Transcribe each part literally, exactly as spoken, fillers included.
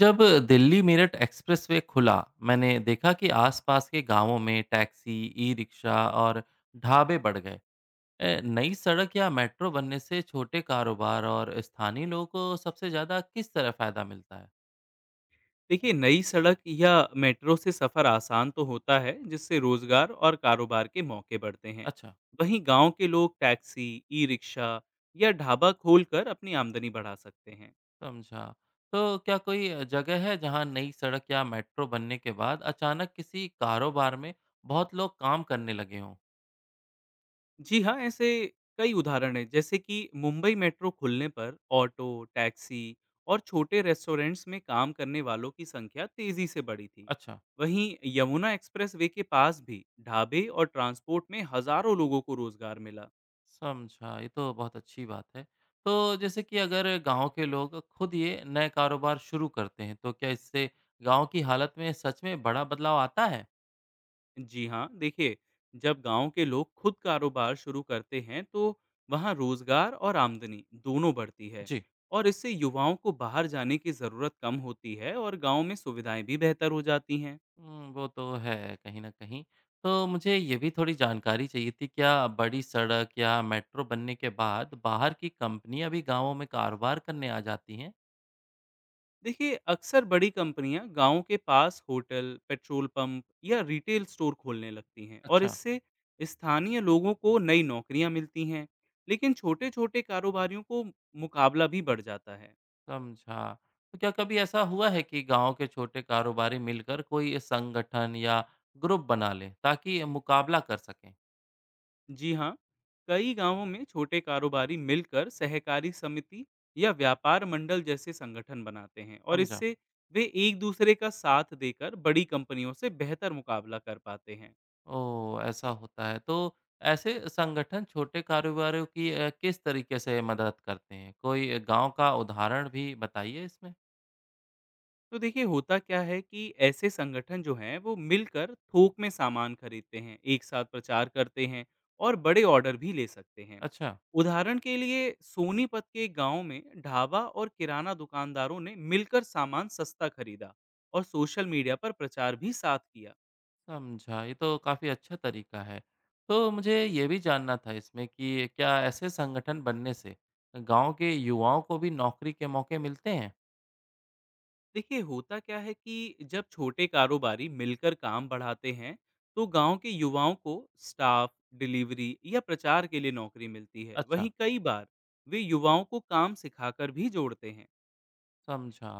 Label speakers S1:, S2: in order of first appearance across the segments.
S1: जब दिल्ली मेरठ एक्सप्रेसवे खुला, मैंने देखा कि आसपास के गांवों में टैक्सी, ई रिक्शा और ढाबे बढ़ गए। अ, नई सड़क या मेट्रो बनने से छोटे कारोबार और स्थानीय लोगों को सबसे ज़्यादा किस तरह फायदा मिलता है?
S2: देखिए, नई सड़क या मेट्रो से सफ़र आसान तो होता है जिससे रोजगार और कारोबार के मौके बढ़ते हैं।
S1: अच्छा,
S2: वहीं गांव के लोग टैक्सी, ई रिक्शा या ढाबा खोलकर अपनी आमदनी बढ़ा सकते हैं।
S1: समझा। तो क्या कोई जगह है जहां नई सड़क या मेट्रो बनने के बाद अचानक किसी कारोबार में बहुत लोग काम करने लगे हों?
S2: जी हाँ, ऐसे कई उदाहरण हैं। जैसे कि मुंबई मेट्रो खुलने पर ऑटो, टैक्सी और छोटे रेस्टोरेंट्स में काम करने वालों की संख्या तेजी से बढ़ी थी।
S1: अच्छा।
S2: वहीं यमुना एक्सप्रेस वे के पास भी ढाबे और ट्रांसपोर्ट में हजारों लोगों को रोजगार मिला।
S1: समझा, ये तो बहुत अच्छी बात है। तो जैसे कि अगर गाँव के लोग खुद ये नए कारोबार शुरू करते हैं, तो क्या इससे गाँव की हालत में सच में बड़ा बदलाव आता है?
S2: जी हाँ, देखिए, जब गांव के लोग खुद कारोबार शुरू करते हैं तो वहाँ रोजगार और आमदनी दोनों बढ़ती है।
S1: जी।
S2: और इससे युवाओं को बाहर जाने की ज़रूरत कम होती है और गांव में सुविधाएं भी बेहतर हो जाती हैं।
S1: हुँ, वो तो है कहीं न कहीं। तो मुझे ये भी थोड़ी जानकारी चाहिए थी, क्या बड़ी सड़क या मेट्रो बनने के बाद बाहर की कंपनियाँ भी गाँवों में कारोबार करने आ जाती हैं?
S2: देखिए, अक्सर बड़ी कंपनियां गांव के पास होटल, पेट्रोल पंप या रिटेल स्टोर खोलने लगती हैं और
S1: अच्छा।
S2: इससे स्थानीय लोगों को नई नौकरियां मिलती हैं। लेकिन छोटे छोटे कारोबारियों को मुकाबला भी बढ़ जाता है।
S1: समझा। तो क्या कभी ऐसा हुआ है कि गाँव के छोटे कारोबारी मिलकर कोई संगठन या ग्रुप बना लें ताकि मुकाबला कर सकें?
S2: जी हाँ, कई गांवों में छोटे कारोबारी मिलकर सहकारी समिति या व्यापार मंडल जैसे संगठन बनाते हैं, और
S1: समझा।
S2: इससे वे एक दूसरे का साथ देकर बड़ी कंपनियों से बेहतर मुकाबला कर पाते हैं।
S1: ओह! ऐसा होता है। तो ऐसे संगठन छोटे कारोबारियों की अ, किस तरीके से मदद करते हैं? कोई गाँव का उदाहरण भी बताइए इसमें।
S2: तो देखिए, होता क्या है कि ऐसे संगठन जो हैं वो मिलकर थोक में सामान खरीदते हैं, एक साथ प्रचार करते हैं और बड़े ऑर्डर भी ले सकते हैं।
S1: अच्छा,
S2: उदाहरण के लिए सोनीपत के गांव में ढाबा और किराना दुकानदारों ने मिलकर सामान सस्ता खरीदा और सोशल मीडिया पर प्रचार भी साथ किया।
S1: समझा। ये तो काफ़ी अच्छा तरीका है। तो मुझे ये भी जानना था इसमें कि क्या ऐसे संगठन बनने से गाँव के युवाओं को भी नौकरी के मौके मिलते हैं?
S2: देखिए, होता क्या है कि जब छोटे कारोबारी मिलकर काम बढ़ाते हैं तो गांव के युवाओं को स्टाफ, डिलीवरी या प्रचार के लिए नौकरी मिलती है।
S1: अच्छा।
S2: वहीं कई बार वे युवाओं को काम सिखाकर भी जोड़ते हैं।
S1: समझा।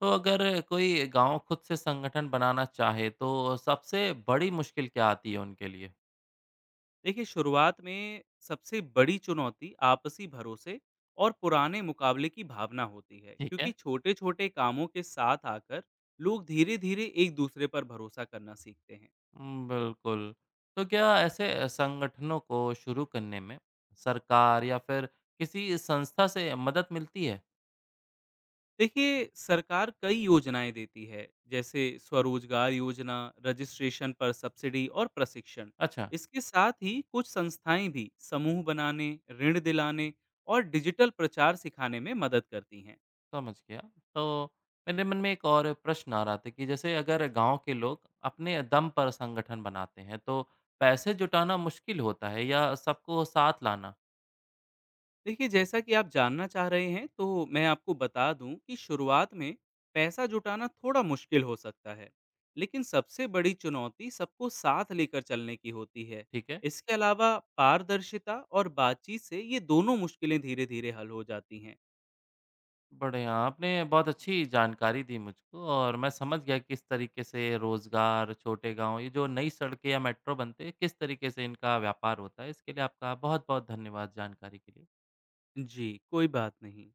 S1: तो अगर कोई गाँव खुद से संगठन बनाना चाहे तो सबसे बड़ी मुश्किल क्या आती है उनके लिए?
S2: देखिए, शुरुआत में सबसे बड़ी चुनौती आपसी भरोसे और पुराने मुकाबले की भावना होती है,
S1: ठीक
S2: क्योंकि
S1: है।
S2: छोटे छोटे कामों के साथ आकर लोग धीरे धीरे एक दूसरे पर भरोसा करना सीखते हैं।
S1: उम, बिल्कुल। तो क्या ऐसे संगठनों को शुरू करने में सरकार या फिर किसी संस्था से मदद मिलती है?
S2: देखिए, सरकार कई योजनाएं देती है, जैसे स्वरोजगार योजना, रजिस्ट्रेशन पर सब्सिडी और प्रशिक्षण।
S1: अच्छा,
S2: इसके साथ ही कुछ संस्थाएं भी समूह बनाने, ऋण दिलाने और डिजिटल प्रचार सिखाने में मदद करती हैं।
S1: समझ गया। तो मेरे मन में एक और प्रश्न आ रहा था कि जैसे अगर गाँव के लोग अपने दम पर संगठन बनाते हैं तो पैसे जुटाना मुश्किल होता है या सबको साथ लाना?
S2: देखिए, जैसा कि आप जानना चाह रहे हैं तो मैं आपको बता दूं कि शुरुआत में पैसा जुटाना थोड़ा मुश्किल हो सकता है, लेकिन सबसे बड़ी चुनौती सबको साथ लेकर चलने की होती है।
S1: ठीक है।
S2: इसके अलावा पारदर्शिता और बातचीत से ये दोनों मुश्किलें धीरे धीरे हल हो जाती हैं।
S1: बढ़िया, आपने बहुत अच्छी जानकारी दी मुझको और मैं समझ गया किस तरीके से रोज़गार, छोटे गाँव, ये जो नई सड़कें या मेट्रो बनते हैं, किस तरीके से इनका व्यापार होता है। इसके लिए आपका बहुत-बहुत धन्यवाद जानकारी के लिए।
S2: जी, कोई बात नहीं।